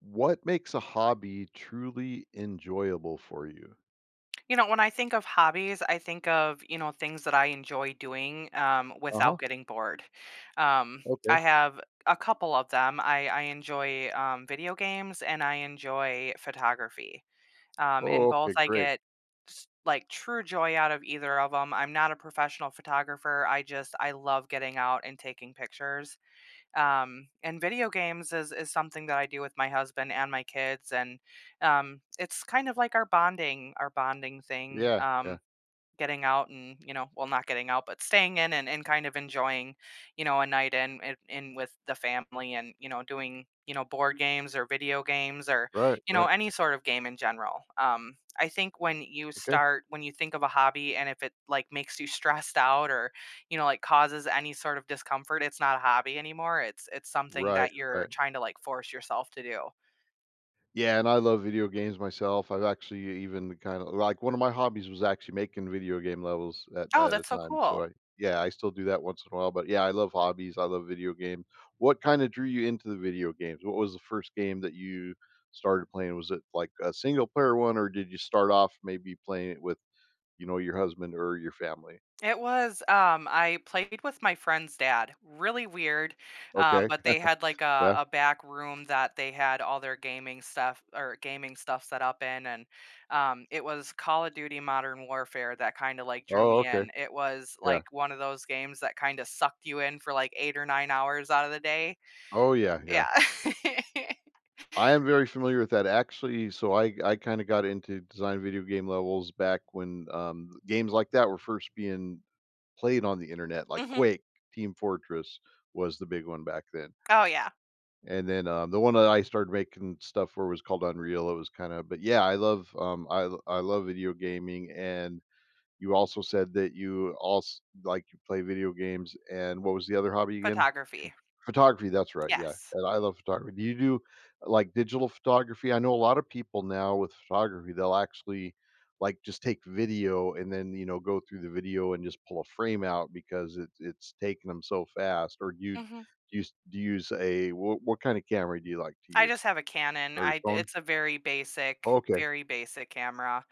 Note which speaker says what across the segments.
Speaker 1: What makes a hobby truly enjoyable for you?
Speaker 2: You know, when I think of hobbies, I think of, you know, things that I enjoy doing
Speaker 1: Uh-huh.
Speaker 2: without getting bored.
Speaker 1: Okay.
Speaker 2: I have a couple of them. I enjoy video games and I enjoy photography. And
Speaker 1: Oh,
Speaker 2: both
Speaker 1: okay,
Speaker 2: I
Speaker 1: great.
Speaker 2: get like true joy out of either of them. I'm not a professional photographer. I just, I love getting out and taking pictures, and video games is something that I do with my husband and my kids, and it's kind of like our bonding thing.
Speaker 1: Yeah, yeah.
Speaker 2: Getting out and, you know, well, not getting out but staying in, and kind of enjoying, a night in with the family, and, you know, doing, board games or video games or,
Speaker 1: Right, right.
Speaker 2: any sort of game in general. I think when you
Speaker 1: Okay.
Speaker 2: think of a hobby, and if it like makes you stressed out or, like causes any sort of discomfort, it's not a hobby anymore. It's something
Speaker 1: Right,
Speaker 2: that you're
Speaker 1: right.
Speaker 2: trying to like force yourself to do.
Speaker 1: Yeah, and I love video games myself. I've actually even kind of like one of my hobbies was actually making video game levels at
Speaker 2: Oh,
Speaker 1: at a
Speaker 2: that's so
Speaker 1: time.
Speaker 2: cool.
Speaker 1: So I Yeah, I still do that once in a while. But yeah, I love hobbies. I love video games. What kind of drew you into the video games? What was the first game that you started playing? Was it like a single player one, or did you start off maybe playing it with, your husband or your family?
Speaker 2: It was, I played with my friend's dad. Really weird,
Speaker 1: Okay.
Speaker 2: but they had like a,
Speaker 1: Yeah.
Speaker 2: a back room that they had all their gaming stuff set up in, and it was Call of Duty Modern Warfare that kind of like drew
Speaker 1: Oh,
Speaker 2: me
Speaker 1: okay.
Speaker 2: in. It was
Speaker 1: Yeah.
Speaker 2: like one of those games that kind of sucked you in for like 8 or 9 hours out of the day.
Speaker 1: Oh, yeah, yeah.
Speaker 2: Yeah.
Speaker 1: I am very familiar with that, actually. So I kind of got into design video game levels back when, games like that were first being played on the internet, like
Speaker 2: Hmm.
Speaker 1: Quake. Team Fortress was the big one back then.
Speaker 2: Oh yeah.
Speaker 1: And then, the one that I started making stuff for was called Unreal. It was kind of, but yeah, I love video gaming. And you also said that you also like, you play video games, and what was the other hobby again?
Speaker 2: Photography.
Speaker 1: Photography, that's right, yeah,
Speaker 2: Yes.
Speaker 1: and I love photography. Do you do, like, digital photography? I know a lot of people now with photography, they'll actually, like, just take video and then, go through the video and just pull a frame out because it's taking them so fast. Or do
Speaker 2: Hmm.
Speaker 1: you s do you use a, what kinda camera do you like to
Speaker 2: I just
Speaker 1: use?
Speaker 2: have a Canon.
Speaker 1: Or your
Speaker 2: I
Speaker 1: phone?
Speaker 2: It's a very basic,
Speaker 1: Okay,
Speaker 2: very basic camera.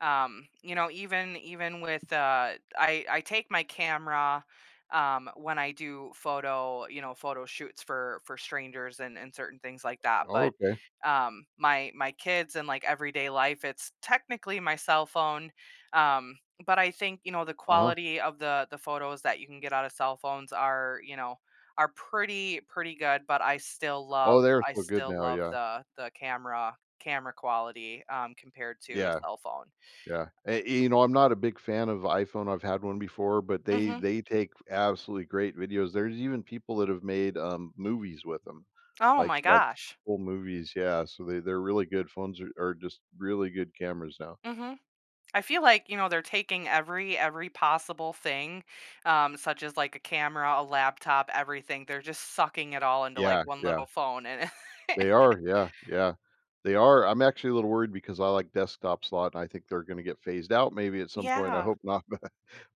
Speaker 2: You know, even with I take my camera when I do photo, you know, photo shoots for strangers and certain things like that. But
Speaker 1: okay,
Speaker 2: my kids and like everyday life, it's technically my cell phone. Um but I think, you know, the
Speaker 1: uh-huh.
Speaker 2: quality of the photos that you can get out of cell phones are, you know, are pretty good, but I still
Speaker 1: Oh,
Speaker 2: love
Speaker 1: they're
Speaker 2: I
Speaker 1: so good
Speaker 2: still
Speaker 1: now,
Speaker 2: love
Speaker 1: yeah.
Speaker 2: the camera quality, compared to a
Speaker 1: Yeah.
Speaker 2: cell phone.
Speaker 1: Yeah, I'm not a big fan of iPhone. I've had one before, but they
Speaker 2: Mhm.
Speaker 1: they take absolutely great videos. There's even people that have made, movies with them,
Speaker 2: Oh
Speaker 1: like
Speaker 2: my
Speaker 1: like
Speaker 2: gosh.
Speaker 1: full movies, yeah, so they're really good. Phones are just really good cameras now.
Speaker 2: Mhm. I feel like, you know, they're taking every possible thing, such as, like, a camera, a laptop, everything. They're just sucking it all into, like,
Speaker 1: Yeah,
Speaker 2: one
Speaker 1: yeah,
Speaker 2: little phone and
Speaker 1: they are, yeah, yeah, they are. I'm actually a little worried because I like desktop slot, and I think they're gonna get phased out maybe at some point. I
Speaker 2: Yeah.
Speaker 1: hope not.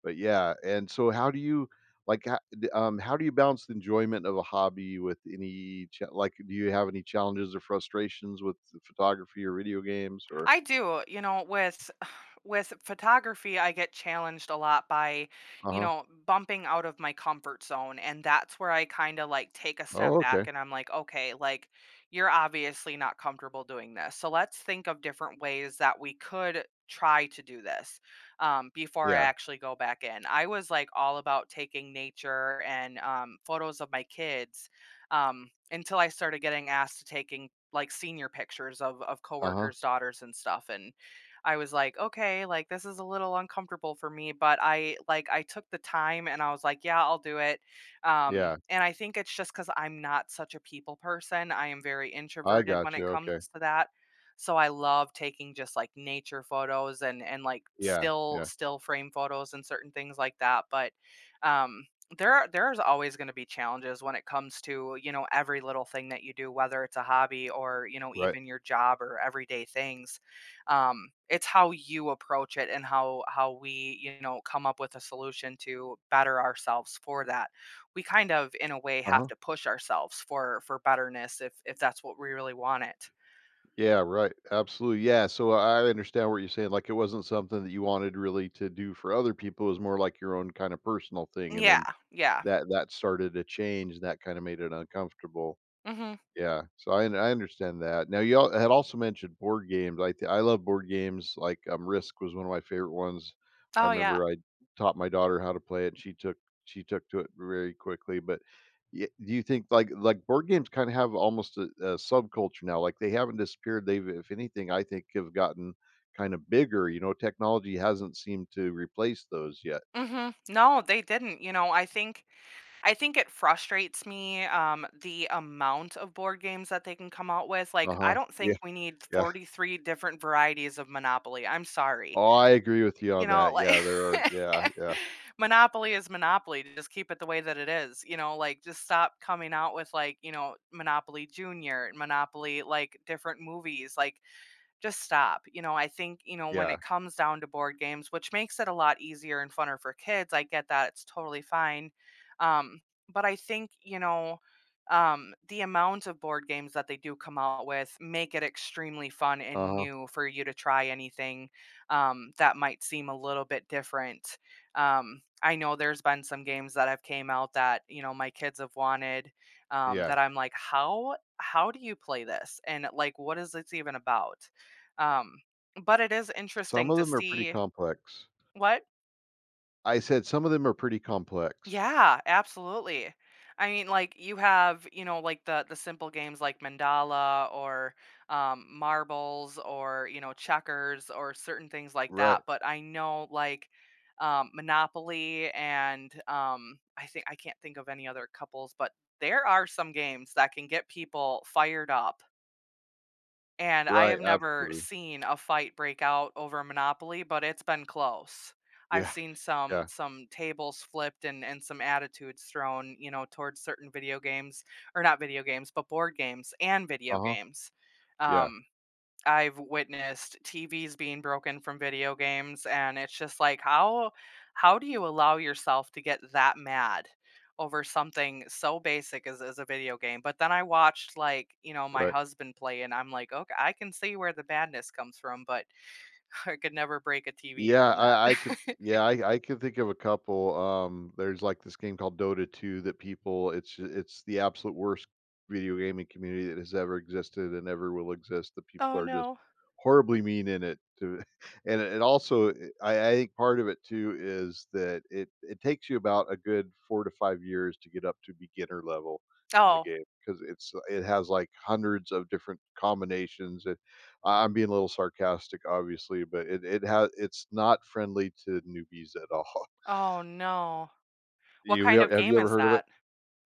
Speaker 1: But yeah, and so how do you like ho d how do you balance the enjoyment of a hobby with any cha like, do you have any challenges or frustrations with the photography or video games or—
Speaker 2: I do, you know, with with photography, I get challenged a lot by, you
Speaker 1: Uh-huh.
Speaker 2: know, bumping out of my comfort zone, and that's where I kind of like take a step
Speaker 1: Oh,
Speaker 2: back
Speaker 1: okay.
Speaker 2: and I'm like, okay, like you're obviously not comfortable doing this. So let's think of different ways that we could try to do this, before I
Speaker 1: Yeah.
Speaker 2: actually go back in. I was like all about taking nature and, photos of my kids, until I started getting asked to taking like senior pictures of
Speaker 1: Uh-huh.
Speaker 2: coworkers' daughters and stuff, and I was like, "Okay, like this is a little uncomfortable for me," but I took the time and I was like, "Yeah, I'll do it."
Speaker 1: Yeah.
Speaker 2: And I think it's just because 'cause I'm not such a people person. I am very
Speaker 1: I
Speaker 2: introverted when
Speaker 1: got
Speaker 2: it
Speaker 1: you. Okay.
Speaker 2: comes to that. So I love taking just like nature photos and like
Speaker 1: Yeah,
Speaker 2: still
Speaker 1: yeah.
Speaker 2: still frame photos and certain things like that, but um there's always going to be challenges when it comes to, you know, every little thing that you do, whether it's a hobby or, you know,
Speaker 1: Right.
Speaker 2: even your job or everyday things. It's how you approach it and how we, you know, come up with a solution to better ourselves for that. We kind of in a way have
Speaker 1: Uh-huh.
Speaker 2: to push ourselves for betterness, if that's what we really want it.
Speaker 1: Yeah, right. Absolutely, yeah, so I understand what you're saying, like, it wasn't something that you wanted really to do for other people, it was more like your own kinda personal thing, and
Speaker 2: Yeah.
Speaker 1: then
Speaker 2: Yeah.
Speaker 1: that started to change, and that kinda made it uncomfortable.
Speaker 2: Hmm.
Speaker 1: Yeah, so I understand that. Now you al had also mentioned board games. I love board games, like, Risk was one of my favorite ones. I
Speaker 2: Oh yeah.
Speaker 1: remember I taught my daughter how to play it. She took to it very quickly, but y do you think, board games kinda have almost a subculture now? Like, they haven't disappeared. They've, if anything, I think, have gotten kinda bigger. You know, technology hasn't seemed to replace those yet.
Speaker 2: Hmm. No, they didn't, you know. I think it frustrates me, the amount of board games that they can come out with, like, I
Speaker 1: Uh-huh,
Speaker 2: don't think
Speaker 1: yeah,
Speaker 2: we need
Speaker 1: yeah.
Speaker 2: 43 different varieties of Monopoly, I'm sorry.
Speaker 1: Oh, I agree with you
Speaker 2: You
Speaker 1: on
Speaker 2: know,
Speaker 1: that,
Speaker 2: like,
Speaker 1: yeah, there are, yeah, yeah,
Speaker 2: Monopoly is Monopoly, just keep it the way that it is, you know, like, just stop coming out with, like, you know, Monopoly Junior, Monopoly, like, different movies, like, just stop. You know, I think, you know, when
Speaker 1: yeah,
Speaker 2: it comes down to board games, which makes it a lot easier and funner for kids, I get that. It's totally fine. Um, but I think, you know, the amount of board games that they do come out with make it extremely fun and
Speaker 1: uh-huh,
Speaker 2: new for you to try anything that might seem a little bit different. I know there's been some games that have came out that, you know, my kids have wanted,
Speaker 1: yeah.
Speaker 2: that I'm like, how do you play this, and like, what is this even about? Um, but it is
Speaker 1: Some
Speaker 2: interesting
Speaker 1: of
Speaker 2: to
Speaker 1: them are pretty
Speaker 2: see.
Speaker 1: complex.
Speaker 2: What?
Speaker 1: I said some of them are pretty complex.
Speaker 2: Yeah, absolutely. I mean, like you have, you know, like the simple games like Mandala or, marbles or, you know, checkers or certain things like
Speaker 1: Right,
Speaker 2: that. But I know like, Monopoly and, I think I can't think of any other couples, but there are some games that can get people fired up. And I
Speaker 1: right,
Speaker 2: have never
Speaker 1: absolutely.
Speaker 2: seen a fight break out over Monopoly, but it's been close. I've
Speaker 1: Yeah,
Speaker 2: seen
Speaker 1: yeah,
Speaker 2: some tables flipped and some attitudes thrown, you know, towards certain video games, or not video games, but board games and video
Speaker 1: uh-huh,
Speaker 2: games.
Speaker 1: yeah,
Speaker 2: Um I've witnessed TVs being broken from video games, and it's just like, how do you allow yourself to get that mad over something so basic as a video game? But then I watched like, you know, my
Speaker 1: right.
Speaker 2: husband play and I'm like, okay, I can see where the madness comes from, but I could never break a TV
Speaker 1: Yeah,
Speaker 2: from that.
Speaker 1: I could, yeah, I could think of a couple. There's like this game called Dota 2 that people, it's the absolute worst video gaming community that has ever existed and ever will exist. The people
Speaker 2: Oh
Speaker 1: are just
Speaker 2: no.
Speaker 1: horribly mean in it to and it also, I think part of it too is that it takes you about a good 4 to 5 years to get up to beginner level in the
Speaker 2: Oh.
Speaker 1: game, because it has like hundreds of different combinations. I'm being a little sarcastic, obviously, but it's not friendly to newbies at all.
Speaker 2: Oh no. What
Speaker 1: You
Speaker 2: kind of
Speaker 1: ever have
Speaker 2: game
Speaker 1: you ever
Speaker 2: is
Speaker 1: heard of it?
Speaker 2: that?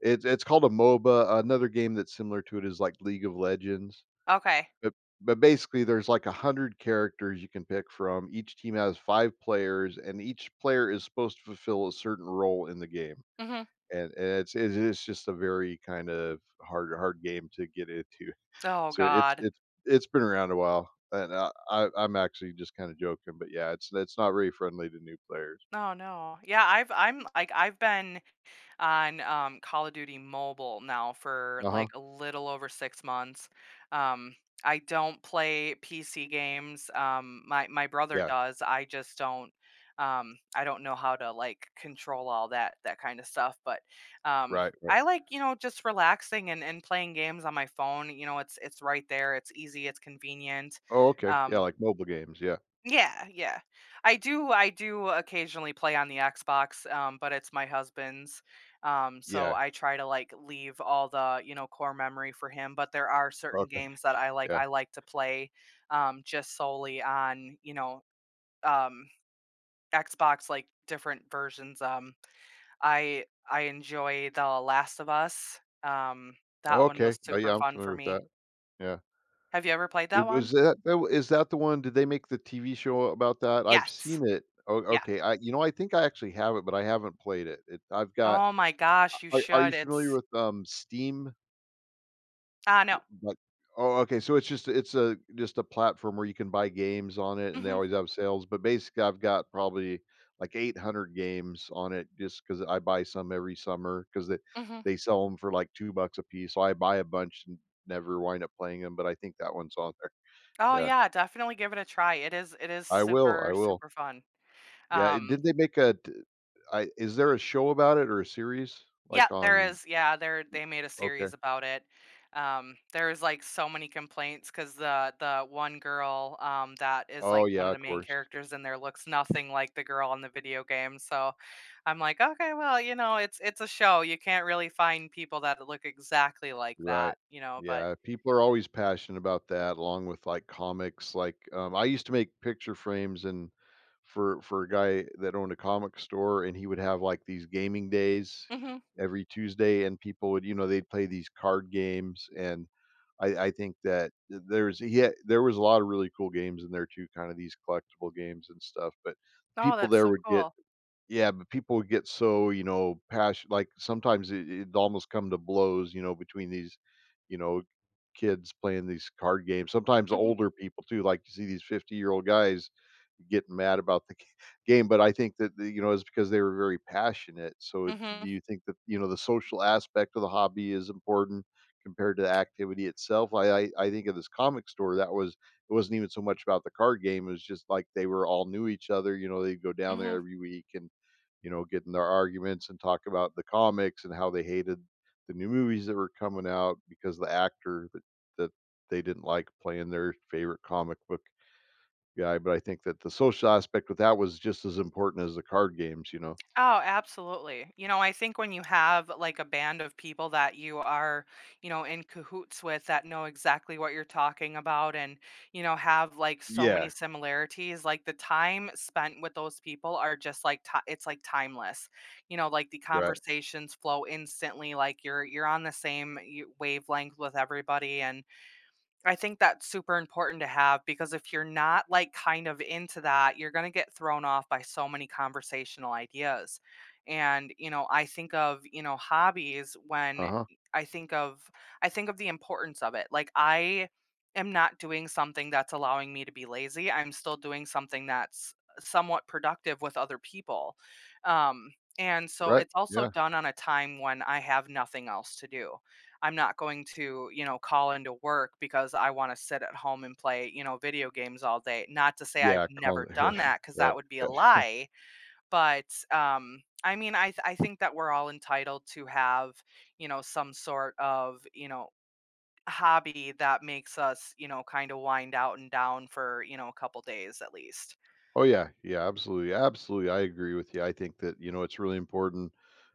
Speaker 1: It's called a MOBA. Another game that's similar to it is like League of Legends.
Speaker 2: Okay.
Speaker 1: But basically, there's like 100 characters you can pick from. Each team has five players, and each player is supposed to fulfill a certain role in the game.
Speaker 2: Hmm.
Speaker 1: And it's just a very kind of hard game to get into.
Speaker 2: Oh
Speaker 1: So it's
Speaker 2: God.
Speaker 1: it's it's been around a while, and I'm actually just kind of joking, but yeah, it's not really friendly to new players.
Speaker 2: Oh no. Yeah, I've I've been on, Call of Duty Mobile now for
Speaker 1: Uh huh.
Speaker 2: like a little over 6 months. Um, I don't play PC games. My brother
Speaker 1: Yeah.
Speaker 2: does. I just don't. I don't know how to like control all that kind of stuff. But um,
Speaker 1: Right. Right.
Speaker 2: I like, you know, just relaxing and playing games on my phone. You know, it's right there. It's easy. It's convenient.
Speaker 1: Oh, okay. Yeah,
Speaker 2: Um,
Speaker 1: like mobile games. Yeah.
Speaker 2: yeah, yeah. I do occasionally play on the Xbox, but it's my husband's. So
Speaker 1: Yeah.
Speaker 2: I try to like leave all the, you know, core memory for him, but there are certain
Speaker 1: Okay.
Speaker 2: games that
Speaker 1: Yeah.
Speaker 2: I like to play just solely on, you know, um Xbox, like different versions. I enjoy The Last of Us. That one
Speaker 1: Okay.
Speaker 2: was
Speaker 1: Oh,
Speaker 2: super
Speaker 1: yeah, I'm
Speaker 2: fun
Speaker 1: familiar
Speaker 2: for
Speaker 1: with
Speaker 2: me.
Speaker 1: that. Yeah.
Speaker 2: Have you ever played that
Speaker 1: It
Speaker 2: one?
Speaker 1: was that, is that the one? Did they make the TV show about that? I've
Speaker 2: Yes.
Speaker 1: seen it. Oh,
Speaker 2: Yeah.
Speaker 1: okay. I you know I think I actually have it, but I haven't played it. I've got.
Speaker 2: Oh my gosh, you
Speaker 1: Are you
Speaker 2: should.
Speaker 1: familiar
Speaker 2: It's—
Speaker 1: with Steam?
Speaker 2: Ah, no.
Speaker 1: But Oh, okay, so it's just it's a just a platform where you can buy games on it, and they
Speaker 2: Mhm,
Speaker 1: always have sales. But basically, I've got probably, like, 800 games on it just because I buy some every summer, because they
Speaker 2: mhm.
Speaker 1: they sell them for, like, $2 a piece. So I buy a bunch and never wind up playing them. But I think that one's on there.
Speaker 2: Oh,
Speaker 1: Yeah,
Speaker 2: yeah, definitely give it a try. It is, it is
Speaker 1: I will, I
Speaker 2: super,
Speaker 1: will.
Speaker 2: super fun.
Speaker 1: Yeah, and
Speaker 2: Um,
Speaker 1: did they make a t I is there a show about it, or a series?
Speaker 2: yeah,
Speaker 1: Like,
Speaker 2: there
Speaker 1: on,
Speaker 2: is, yeah, there they made a
Speaker 1: okay.
Speaker 2: series about it. There is, like, so many complaints because the one girl, that is,
Speaker 1: Oh,
Speaker 2: like, one
Speaker 1: yeah,
Speaker 2: of the
Speaker 1: of
Speaker 2: main
Speaker 1: course.
Speaker 2: characters in there looks nothing like the girl in the video game, so I'm like, "Okay, well, you know, it's a show, you can't really find people that look exactly like
Speaker 1: Right.
Speaker 2: that," you know, but—
Speaker 1: Yeah, people are always passionate about that, along with, like, comics. Like, I used to make picture frames and for a guy that owned a comic store, and he would have, like, these gaming days
Speaker 2: Mhm.
Speaker 1: every Tuesday, and people would, they'd play these card games, and I think that th there's he had there was a lot of really cool games in there too, kinda these collectible games and stuff. But
Speaker 2: Oh,
Speaker 1: people
Speaker 2: that's
Speaker 1: there
Speaker 2: so
Speaker 1: would get,
Speaker 2: cool.
Speaker 1: yeah, but people get so, you know, passion like, sometimes it almost come to blows, you know, between these, you know, kids playing these card games. Sometimes
Speaker 2: Mhm,
Speaker 1: older people too, like you see these 50-year-old guys getting mad about the game, but I think that it's because they were very passionate. So, do
Speaker 2: mhm,
Speaker 1: you think that, the social aspect of the hobby is important compared to the activity itself? I think of this comic store that was, it wasn't even so much about the card game. It was just like they were all knew each other. You know, they'd go down there
Speaker 2: mhm.
Speaker 1: every week and, get in their arguments and talk about the comics and how they hated the new movies that were coming out because the actor that that they didn't like playing their favorite comic book guy. But I think that the social aspect with that was just as important as the card games, you know?
Speaker 2: Oh, absolutely. You know, I think when you have like a band of people that you are, you know, in cahoots with that know exactly what you're talking about, and, you know, have like so many
Speaker 1: Yeah,
Speaker 2: similarities, like the time spent with those people are just like ti it's like timeless. You know, like the
Speaker 1: right.
Speaker 2: conversations flow instantly, like you're on the same wavelength with everybody, and I think that's super important to have because if you're not like kind of into that, you're going to get thrown off by so many conversational ideas. And, you know, I think of, you know, hobbies when
Speaker 1: Uh-huh.
Speaker 2: I think of I think of the importance of it. Like I am not doing something that's allowing me to be lazy. I'm still doing something that's somewhat productive with other people. Um and so
Speaker 1: Right,
Speaker 2: it's also
Speaker 1: yeah.
Speaker 2: done on a time when I have nothing else to do. I'm not going to, you know, call into work because I want to sit at home and play, you know, video games all day. Not to say I've
Speaker 1: Yeah, calling
Speaker 2: never
Speaker 1: it
Speaker 2: done
Speaker 1: right,
Speaker 2: that because that
Speaker 1: right.
Speaker 2: would be a lie. But I mean, I think that we're all entitled to have, you know, some sort of, you know, hobby that makes us, you know, kind of wind out and down for, you know, a couple days at least.
Speaker 1: Oh, yeah, yeah, absolutely, absolutely, I agree with you. I think that, it's really important,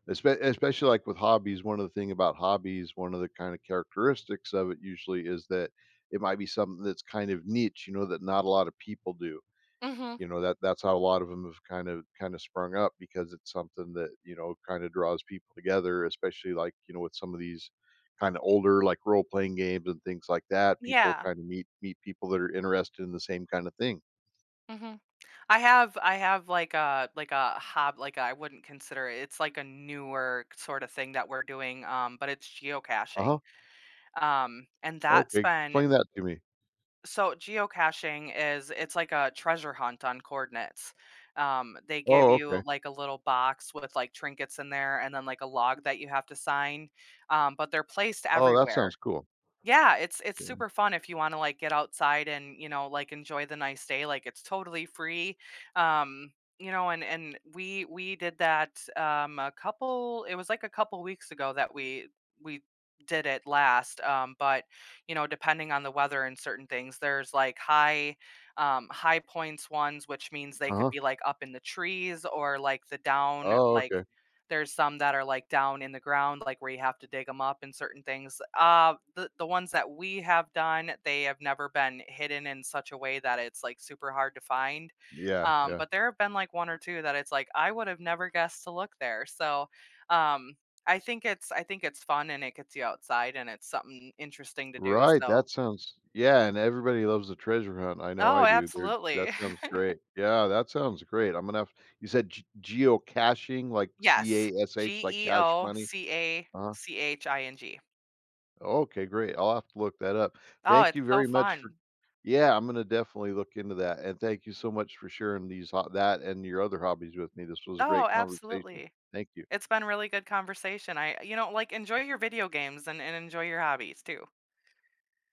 Speaker 1: especially, like, with hobbies. One of the thing about hobbies, one of the kinda characteristics of it usually, is that it might be something that's kind of niche, that not a lot of people do.
Speaker 2: Hmm.
Speaker 1: You know, that's how a lot of them have kind of sprung up, because it's something that, kind of draws people together, especially like, with some of these kind of older, like, role playing games and things like that. People
Speaker 2: Yeah.
Speaker 1: kind of meet people that are interested in the same kind of thing.
Speaker 2: Hmm. I have like a hob like I wouldn't consider it. It's like a newer sort of thing that we're doing, but it's geocaching.
Speaker 1: Uh-huh.
Speaker 2: And that's
Speaker 1: Okay.
Speaker 2: been—
Speaker 1: Explain that to me.
Speaker 2: So geocaching is, it's like a treasure hunt on coordinates. They give
Speaker 1: Oh,
Speaker 2: you
Speaker 1: okay.
Speaker 2: like a little box with like trinkets in there and then like a log that you have to sign. But they're placed
Speaker 1: Oh, that sounds
Speaker 2: everywhere.
Speaker 1: cool.
Speaker 2: Yeah, it's
Speaker 1: Yeah.
Speaker 2: super fun if you wanna, like, get outside and, you know, like, enjoy the nice day, like, it's totally free, um, you know, and and we did that, a couple, it was, like, a couple weeks ago that we did it last, but, you know, depending on the weather and certain things, there's, like, high, high points ones, which means they could
Speaker 1: Uh-huh.
Speaker 2: be, like, up in the trees or, like, the down,
Speaker 1: Oh,
Speaker 2: like,
Speaker 1: okay.
Speaker 2: there's some that are, like, down in the ground, like, where you have to dig them up and certain things. The ones that we have done, they have never been hidden in such a way that it's, like, super hard to find.
Speaker 1: Yeah. Yeah.
Speaker 2: But there have been, like, 1 or 2 that it's like, I would have never guessed to look there. So, um, I think it's fun and it gets you outside and it's something interesting to do,
Speaker 1: Right,
Speaker 2: so—
Speaker 1: that sounds, yeah, and everybody loves the treasure hunt. I know
Speaker 2: Oh,
Speaker 1: I do. There,
Speaker 2: absolutely.
Speaker 1: that sounds great. Yeah, that sounds great. I'm gonna have, you said g geocaching, like
Speaker 2: Yes.
Speaker 1: cash, like cash money? Uh-huh.
Speaker 2: geocaching.
Speaker 1: Okay, great. I'll have to look that up.
Speaker 2: Oh,
Speaker 1: Thank
Speaker 2: it's
Speaker 1: you
Speaker 2: so
Speaker 1: very much
Speaker 2: fun.
Speaker 1: for, yeah, I'm gonna definitely look into that, and thank you so much for sharing these ho that and your other hobbies with me. This was a
Speaker 2: Oh,
Speaker 1: great conversation.
Speaker 2: absolutely.
Speaker 1: Thank you.
Speaker 2: It's been really good conversation. I, you know, like, enjoy your video games and enjoy your hobbies too.